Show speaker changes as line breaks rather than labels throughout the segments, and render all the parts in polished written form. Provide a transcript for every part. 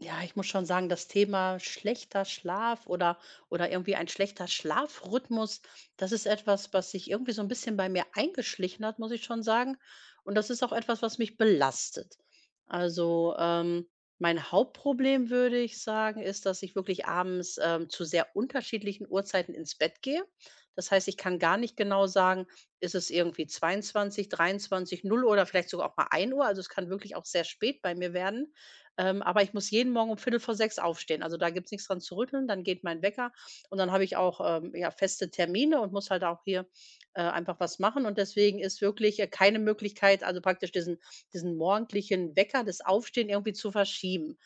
Ja, ich muss schon sagen, das Thema schlechter Schlaf oder irgendwie ein schlechter Schlafrhythmus, das ist etwas, was sich irgendwie so ein bisschen bei mir eingeschlichen hat, muss ich schon sagen. Und das ist auch etwas, was mich belastet. Also, mein Hauptproblem, würde ich sagen, ist, dass ich wirklich abends, zu sehr unterschiedlichen Uhrzeiten ins Bett gehe. Das heißt, ich kann gar nicht genau sagen, ist es irgendwie 22:00, 23:00, 0:00 oder vielleicht sogar auch mal ein Uhr. Also, es kann wirklich auch sehr spät bei mir werden. Aber ich muss jeden Morgen um viertel vor sechs aufstehen. Also, da gibt's nichts dran zu rütteln, dann geht mein Wecker und dann habe ich auch, ja, feste Termine und muss halt auch hier, einfach was machen. Und deswegen ist wirklich, keine Möglichkeit, also praktisch diesen morgendlichen Wecker, das Aufstehen irgendwie zu verschieben.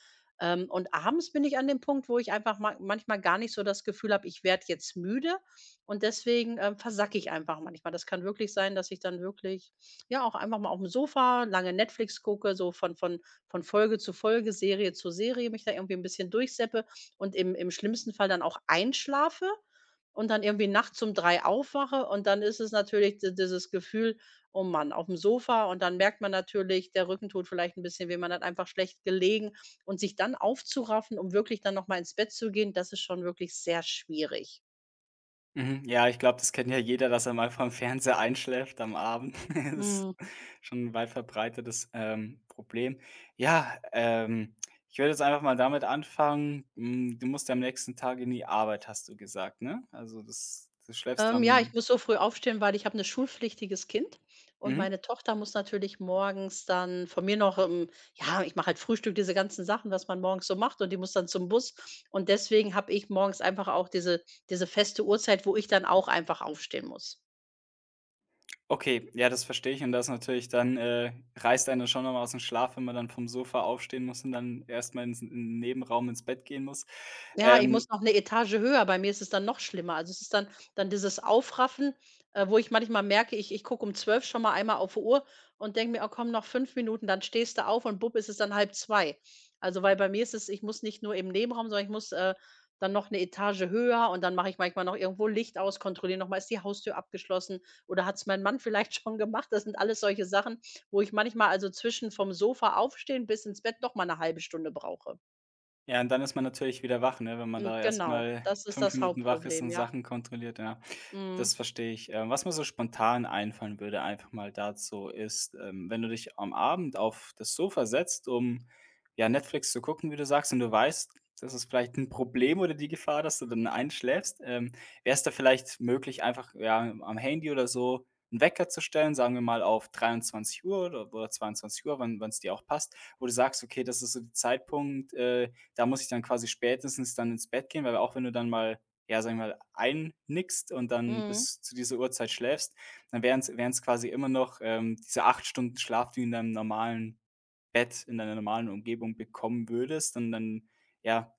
Und abends bin ich an dem Punkt, wo ich einfach ma manchmal gar nicht so das Gefühl habe, ich werde jetzt müde und deswegen, versacke ich einfach manchmal. Das kann wirklich sein, dass ich dann wirklich, ja, auch einfach mal auf dem Sofa lange Netflix gucke, so von Folge zu Folge, Serie zu Serie mich da irgendwie 'n bisschen durchseppe und im schlimmsten Fall dann auch einschlafe und dann irgendwie nachts um 3 aufwache und dann ist es natürlich di dieses Gefühl: „Oh Mann, aufm Sofa“, und dann merkt man natürlich, der Rücken tut vielleicht 'n bisschen weh, man hat einfach schlecht gelegen und sich dann aufzuraffen, um wirklich dann noch mal ins Bett zu gehen, das ist schon wirklich sehr schwierig.
Mhm. Ja, ich glaube, das kennt ja jeder, dass er mal vorm Fernseher einschläft am Abend. Das ist
Mhm.
schon ein weit verbreitetes, Problem. Ja, ich würde jetzt einfach mal damit anfangen, du musst ja am nächsten Tag in die Arbeit, hast du gesagt, ne? Also, das du schläfst
Ja, ich
am.
muss so früh aufstehen, weil ich habe ein schulpflichtiges Kind und
Mhm.
meine Tochter muss natürlich morgens dann von mir noch, ja, ich mache halt Frühstück, diese ganzen Sachen, was man morgens so macht, und die muss dann zum Bus. Und deswegen habe ich morgens einfach auch diese feste Uhrzeit, wo ich dann auch einfach aufstehen muss.
Okay, ja, das verstehe ich und das natürlich dann, reißt einen schon noch mal aus dem Schlaf, wenn man dann vom Sofa aufstehen muss und dann erst mal ins in 'n Nebenraum ins Bett gehen muss.
Ja, ich
Ähm
muss noch eine Etage höher. Bei mir ist es dann noch schlimmer. Also, es ist dann dieses Aufraffen, wo ich manchmal merke, ich gucke um 12 schon mal einmal auf die Uhr und denke mir: „Oh komm, noch 5 Minuten“, dann stehst du auf und bupp, ist es dann halb zwei. Also, weil bei mir ist es, ich muss nicht nur im Nebenraum, sondern ich muss, dann noch eine Etage höher, und dann mache ich manchmal noch irgendwo Licht aus, kontrolliere noch mal, ist die Haustür abgeschlossen oder hat es mein Mann vielleicht schon gemacht? Das sind alles solche Sachen, wo ich manchmal, also zwischen vom Sofa aufstehen bis ins Bett, noch mal eine halbe Stunde brauche.
Ja, und dann ist man natürlich wieder wach, ne, wenn man
Hm,
da
genau,
erstmal
das ist
5
das
Minuten wach ist
Hauptproblem,
und
ja.
Sachen kontrolliert, ja.
Mhm.
Das verstehe ich. Was mir so spontan einfallen würde einfach mal dazu ist, wenn du dich am Abend auf das Sofa setzt, um, ja, Netflix zu gucken, wie du sagst, und du weißt, das ist vielleicht ein Problem oder die Gefahr, dass du dann einschläfst, wär's da vielleicht möglich, einfach, ja, am Handy oder so 'n Wecker zu stellen, sagen wir mal auf 23 Uhr oder 22:00, wann es dir auch passt, wo du sagst: „Okay, das ist so der Zeitpunkt, da muss ich dann quasi spätestens dann ins Bett gehen, weil auch wenn du dann mal, ja, sagen wir mal, einnickst und dann
Mhm.
bis zu dieser Uhrzeit schläfst, dann wären es quasi immer noch, diese 8 Stunden Schlaf, die du in deinem normalen Bett, in deiner normalen Umgebung bekommen würdest. Und dann, ja,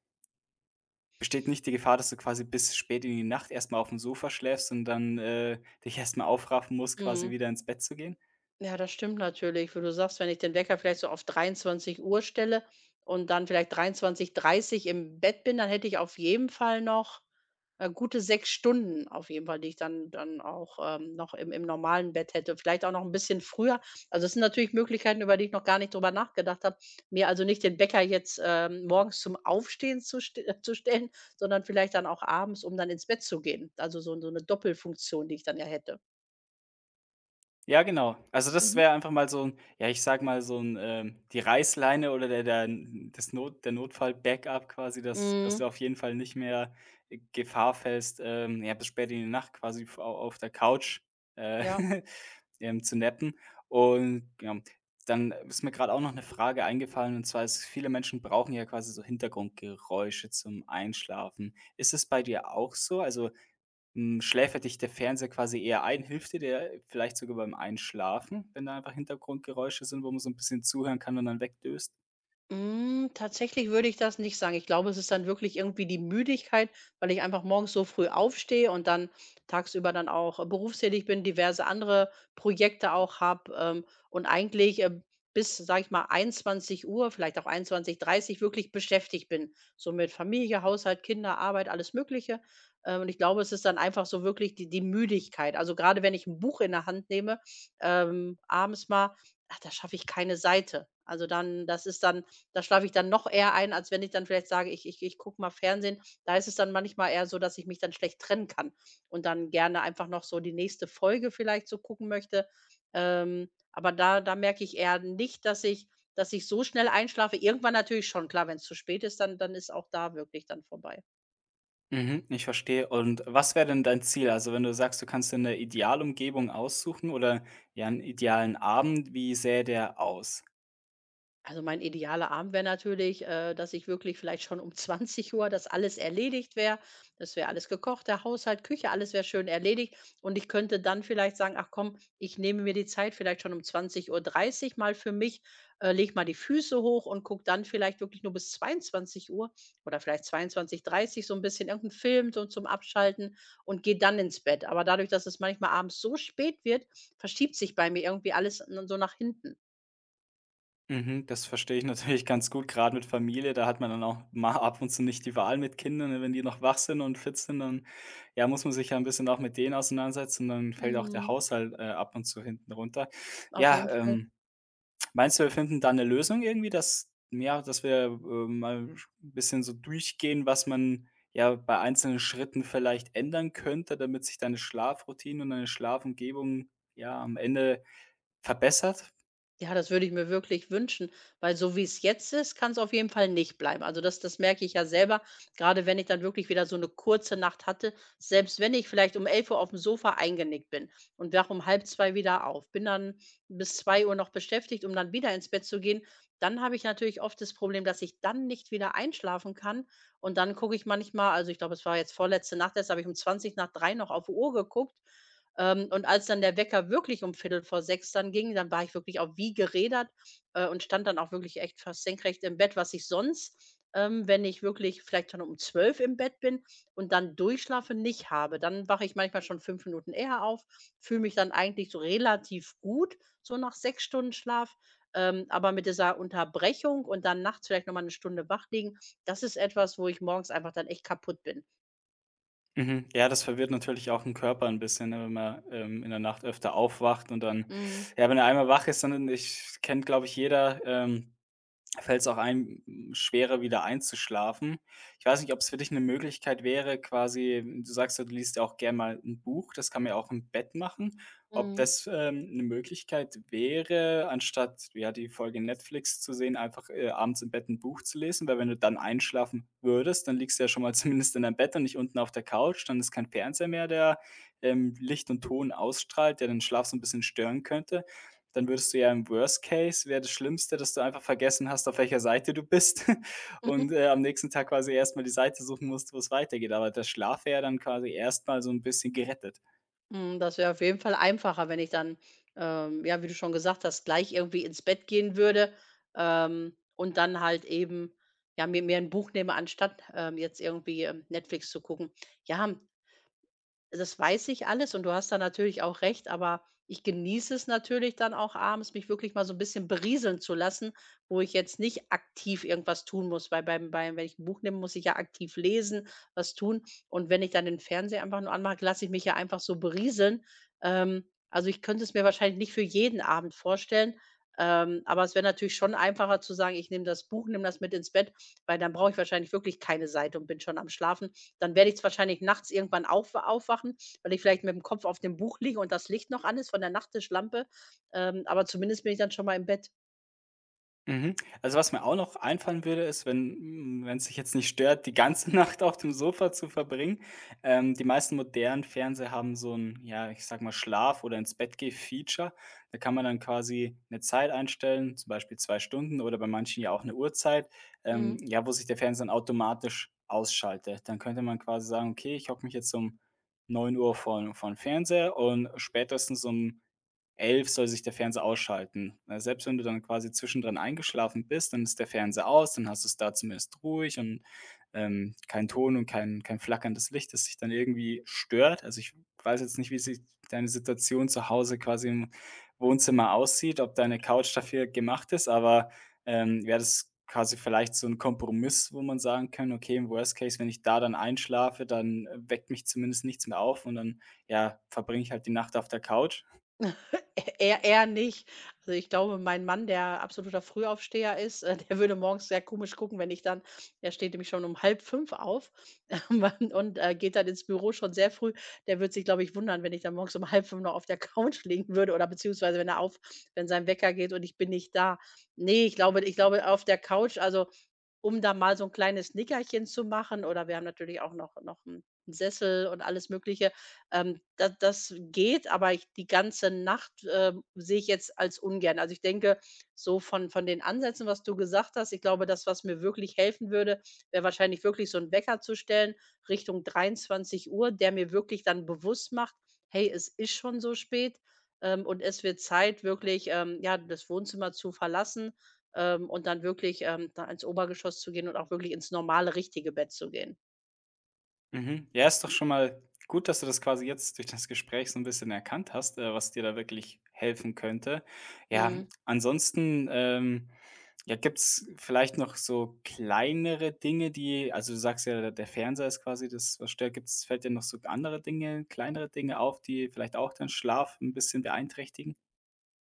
besteht nicht die Gefahr, dass du quasi bis spät in die Nacht erst mal dem Sofa schläfst und dann, dich erst mal aufraffen musst, quasi
Mhm.
wieder ins Bett zu gehen?"
Ja, das stimmt natürlich, wo du sagst, wenn ich den Wecker vielleicht so auf 23 Uhr stelle und dann vielleicht 23:30 Uhr im Bett bin, dann hätte ich auf jeden Fall noch, gute 6 Stunden auf jeden Fall, die ich dann auch, noch im normalen Bett hätte. Vielleicht auch noch ein bisschen früher. Also, es sind natürlich Möglichkeiten, über die ich noch gar nicht drüber nachgedacht habe. Mir also nicht den Wecker jetzt, morgens zum Aufstehen zu stellen, sondern vielleicht dann auch abends, um dann ins Bett zu gehen. Also, so eine Doppelfunktion, die ich dann ja hätte.
Ja, genau. Also, das
Mhm.
wäre einfach mal so 'n, ja, ich sage mal, so 'n, die Reißleine oder der der n das Not der Notfall-Backup quasi, dass du
Mhm.
auf jeden Fall nicht mehr Gefahr fällst, ja, bis spät in die Nacht quasi v au auf der Couch, äh,
Ja.
zu nappen. Und ja, dann ist mir grad auch noch 'ne Frage eingefallen, und zwar ist viele Menschen brauchen ja quasi so Hintergrundgeräusche zum Einschlafen. Ist es bei dir auch so? Also, schläfert dich der Fernseher quasi eher ein? Hilft dir der vielleicht sogar beim Einschlafen, wenn da einfach Hintergrundgeräusche sind, wo man so 'n bisschen zuhören kann und dann wegdöst?
Hm, tatsächlich würde ich das nicht sagen. Ich glaube, es ist dann wirklich irgendwie die Müdigkeit, weil ich einfach morgens so früh aufstehe und dann tagsüber dann auch, berufstätig bin, diverse andere Projekte auch habe, und eigentlich, bis, sage ich mal, 21 Uhr, vielleicht auch 21:30 wirklich beschäftigt bin, so mit Familie, Haushalt, Kinder, Arbeit, alles Mögliche. Und ich glaube, es ist dann einfach so wirklich die Müdigkeit. Also, gerade wenn ich ein Buch in der Hand nehme, abends mal, ach, da schaffe ich keine Seite. Also, dann, das ist dann, da schlafe ich dann noch eher ein, als wenn ich dann vielleicht sage, ich gucke mal Fernsehen. Da ist es dann manchmal eher so, dass ich mich dann schlecht trennen kann und dann gerne einfach noch so die nächste Folge vielleicht so gucken möchte. Aber da merke ich eher nicht, dass ich so schnell einschlafe. Irgendwann natürlich schon, klar, wenn es zu spät ist, dann ist auch da wirklich dann vorbei.
Mhm, ich verstehe. Und was wäre denn dein Ziel? Also, wenn du sagst, du kannst dir 'ne Idealumgebung aussuchen oder, ja, 'n idealen Abend, wie sähe der aus?
Also mein idealer Abend wäre natürlich, dass ich wirklich vielleicht schon um 20 Uhr, das alles erledigt wäre. Das wäre alles gekocht, der Haushalt, Küche, alles wäre schön erledigt. Und ich könnte dann vielleicht sagen: „Ach komm, ich nehme mir die Zeit vielleicht schon um 20:30 mal für mich, lege mal die Füße hoch und guck dann vielleicht wirklich nur bis 22 Uhr oder vielleicht 22:30 so ein bisschen irgendeinen Film so zum Abschalten und gehe dann ins Bett.“ Aber dadurch, dass es manchmal abends so spät wird, verschiebt sich bei mir irgendwie alles n so nach hinten.
Mhm, das verstehe ich natürlich ganz gut. Gerade mit Familie, da hat man dann auch mal ab und zu nicht die Wahl mit Kindern, ne? Wenn die noch wach sind und fit sind, dann, ja, muss man sich ja ein bisschen auch mit denen auseinandersetzen, dann fällt auch der
Mhm,
Haushalt, ab und zu hinten runter.
auf
Ja,
jeden Fall.
meinst du, wir finden da eine Lösung irgendwie, dass ja, dass wir, mal ein bisschen so durchgehen, was man, ja, bei einzelnen Schritten vielleicht ändern könnte, damit sich deine Schlafroutine und deine Schlafumgebung, ja, am Ende verbessert?
Ja, das würde ich mir wirklich wünschen, weil so wie es jetzt ist, kann es auf jeden Fall nicht bleiben. Also, das merke ich ja selber, gerade wenn ich dann wirklich wieder so eine kurze Nacht hatte, selbst wenn ich vielleicht um 11 Uhr auf dem Sofa eingenickt bin und wache um halb zwei wieder auf, bin dann bis 2 Uhr noch beschäftigt, um dann wieder ins Bett zu gehen. Dann habe ich natürlich oft das Problem, dass ich dann nicht wieder einschlafen kann, und dann gucke ich manchmal, also, ich glaube, es war jetzt vorletzte Nacht erst, habe ich um 20 nach 3 noch auf die Uhr geguckt, und als dann der Wecker wirklich um viertel vor sechs dann ging, dann war ich wirklich auch wie gerädert, und stand dann auch wirklich echt fast senkrecht im Bett, was ich sonst, wenn ich wirklich vielleicht schon um zwölf im Bett bin und dann durchschlafe, nicht habe. Dann wache ich manchmal schon 5 Minuten eher auf, fühle mich dann eigentlich so relativ gut, so nach 6 Stunden Schlaf. Aber mit dieser Unterbrechung und dann nachts vielleicht noch mal 'ne Stunde wach liegen, das ist etwas, wo ich morgens einfach dann echt kaputt bin.
Mhm. Ja, das verwirrt natürlich auch den Körper ein bisschen, ne, wenn man, in der Nacht öfter aufwacht und dann,
Mhm.
ja, wenn er einmal wach ist, dann ich kennt, glaube ich, jeder, fällt es auch ein, schwerer wieder einzuschlafen. Ich weiß nicht, ob es für dich eine Möglichkeit wäre, quasi du sagst ja, du liest ja auch gern mal ein Buch, das kann man ja auch im Bett machen. Ob
Mhm.
das, 'ne Möglichkeit wäre, anstatt, ja, die Folge Netflix zu sehen, einfach, abends im Bett ein Buch zu lesen? Weil wenn du dann einschlafen würdest, dann liegst du ja schon mal zumindest in deinem Bett und nicht unten auf der Couch. Dann ist kein Fernseher mehr, der, Licht und Ton ausstrahlt, der den Schlaf so ein bisschen stören könnte. Dann würdest du ja, im Worst Case, wäre das Schlimmste, dass du einfach vergessen hast, auf welcher Seite du bist, und, am nächsten Tag quasi erst mal die Seite suchen musst, wo es weitergeht. Aber der Schlaf wäre ja dann quasi erst mal so ein bisschen gerettet.
Mhm, das wäre auf jeden Fall einfacher, wenn ich dann, ja, wie du schon gesagt hast, gleich irgendwie ins Bett gehen würde, und dann halt eben, ja, mir ein Buch nehme, anstatt, jetzt irgendwie, Netflix zu gucken. Ja, das weiß ich alles, und du hast da natürlich auch recht, aber ich genieße es natürlich dann auch abends, mich wirklich mal so ein bisschen berieseln zu lassen, wo ich jetzt nicht aktiv irgendwas tun muss, weil beim wenn ich ein Buch nehme, muss ich ja aktiv lesen, was tun. Und wenn ich dann den Fernseher einfach nur anmache, lasse ich mich ja einfach so berieseln. Ähm, also, ich könnte es mir wahrscheinlich nicht für jeden Abend vorstellen, aber es wäre natürlich schon einfacher zu sagen: „Ich nehme das Buch, nehme das mit ins Bett“, weil dann brauche ich wahrscheinlich wirklich keine Seite und bin schon am Schlafen. Dann werde ich wahrscheinlich nachts irgendwann aufwachen, weil ich vielleicht mit dem Kopf auf dem Buch liege und das Licht noch an ist von der Nachttischlampe, aber zumindest bin ich dann schon mal im Bett.
Mhm. Also, was mir auch noch einfallen würde, ist, wenn es sich jetzt nicht stört, die ganze Nacht auf dem Sofa zu verbringen. Die meisten modernen Fernseher haben so ein, ja, ich sage mal, Schlaf oder Ins-Bett-Geh-Feature. Da kann man dann quasi eine Zeit einstellen, zum Beispiel 2 Stunden oder bei manchen ja auch eine Uhrzeit,
Mhm.
ja, wo sich der Fernseher dann automatisch ausschaltet. Dann könnte man quasi sagen: „Okay, ich hocke mich jetzt um 9:00 vor 'n Fernseher und spätestens um 11 soll sich der Fernseher ausschalten. Selbst wenn du dann quasi zwischendrin eingeschlafen bist, dann ist der Fernseher aus, dann hast du es da zumindest ruhig und, kein Ton und kein flackerndes Licht, das dich dann irgendwie stört. Also, ich weiß jetzt nicht, wie sich deine Situation zu Hause quasi im Wohnzimmer aussieht, ob deine Couch dafür gemacht ist, aber, wäre das quasi vielleicht so ein Kompromiss, wo man sagen kann: Okay, im Worst Case, wenn ich da dann einschlafe, dann, weckt mich zumindest nichts mehr auf und dann, ja, verbringe ich halt die Nacht auf der Couch."
Er nicht. Also, ich glaube, mein Mann, der absoluter Frühaufsteher ist, der würde morgens sehr komisch gucken, wenn ich dann, der steht nämlich schon um halb fünf auf, und, geht dann ins Büro schon sehr früh. Der würde sich, glaube ich, wundern, wenn ich dann morgens um halb fünf noch auf der Couch liegen würde, oder beziehungsweise, wenn er auf, wenn sein Wecker geht und ich bin nicht da. Ne, ich glaube, auf der Couch, also, um da mal so ein kleines Nickerchen zu machen, oder wir haben natürlich auch noch 'n Sessel und alles Mögliche. Da, das geht, aber ich die ganze Nacht, sehe ich jetzt als ungern. Also, ich denke, so von den Ansätzen, was du gesagt hast, ich glaube, das, was mir wirklich helfen würde, wäre wahrscheinlich wirklich so 'n Wecker zu stellen Richtung 23 Uhr, der mir wirklich dann bewusst macht: „Hey, es ist schon so spät, und es wird Zeit, wirklich, ja, das Wohnzimmer zu verlassen.“ Und dann wirklich, da ins Obergeschoss zu gehen und auch wirklich ins normale, richtige Bett zu gehen.
Mhm. Ja, ist doch schon mal gut, dass du das quasi jetzt durch das Gespräch so ein bisschen erkannt hast, was dir da wirklich helfen könnte. Ja,
Mhm.
ansonsten, ja, gibt es vielleicht noch so kleinere Dinge, die, also, du sagst ja, der Fernseher ist quasi das, was stört. Gibt's fällt dir noch so andere Dinge, kleinere Dinge auf, die vielleicht auch deinen Schlaf ein bisschen beeinträchtigen?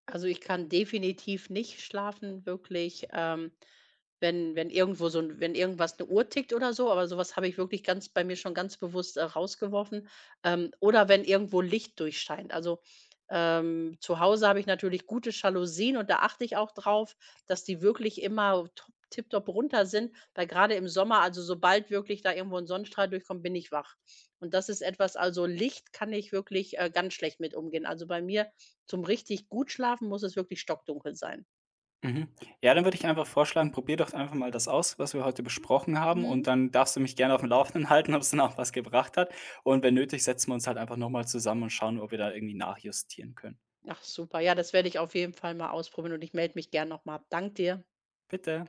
Also, ich kann definitiv nicht schlafen, wirklich, wenn wenn irgendwo so 'n wenn irgendwas eine Uhr tickt oder so, aber sowas habe ich wirklich ganz, bei mir schon ganz bewusst, rausgeworfen. Oder wenn irgendwo Licht durchscheint. Also, zu Hause habe ich natürlich gute Jalousien und da achte ich auch drauf, dass die wirklich immer top tipptopp runter sind, weil gerade im Sommer, also sobald wirklich da irgendwo ein Sonnenstrahl durchkommt, bin ich wach. Und das ist etwas, also Licht kann ich wirklich, ganz schlecht mit umgehen. Also, bei mir zum richtig gut schlafen muss es wirklich stockdunkel sein.
Mhm. Ja, dann würde ich einfach vorschlagen, probier doch einfach mal das aus, was wir heute besprochen haben
Mhm.
und dann darfst du mich gerne auf dem Laufenden halten, ob es dann auch was gebracht hat und wenn nötig, setzen wir uns halt einfach noch mal zusammen und schauen, ob wir da irgendwie nachjustieren können.
Ach super, ja, das werde ich auf jeden Fall mal ausprobieren und ich melde mich gern nochmal. Dank dir.
Bitte.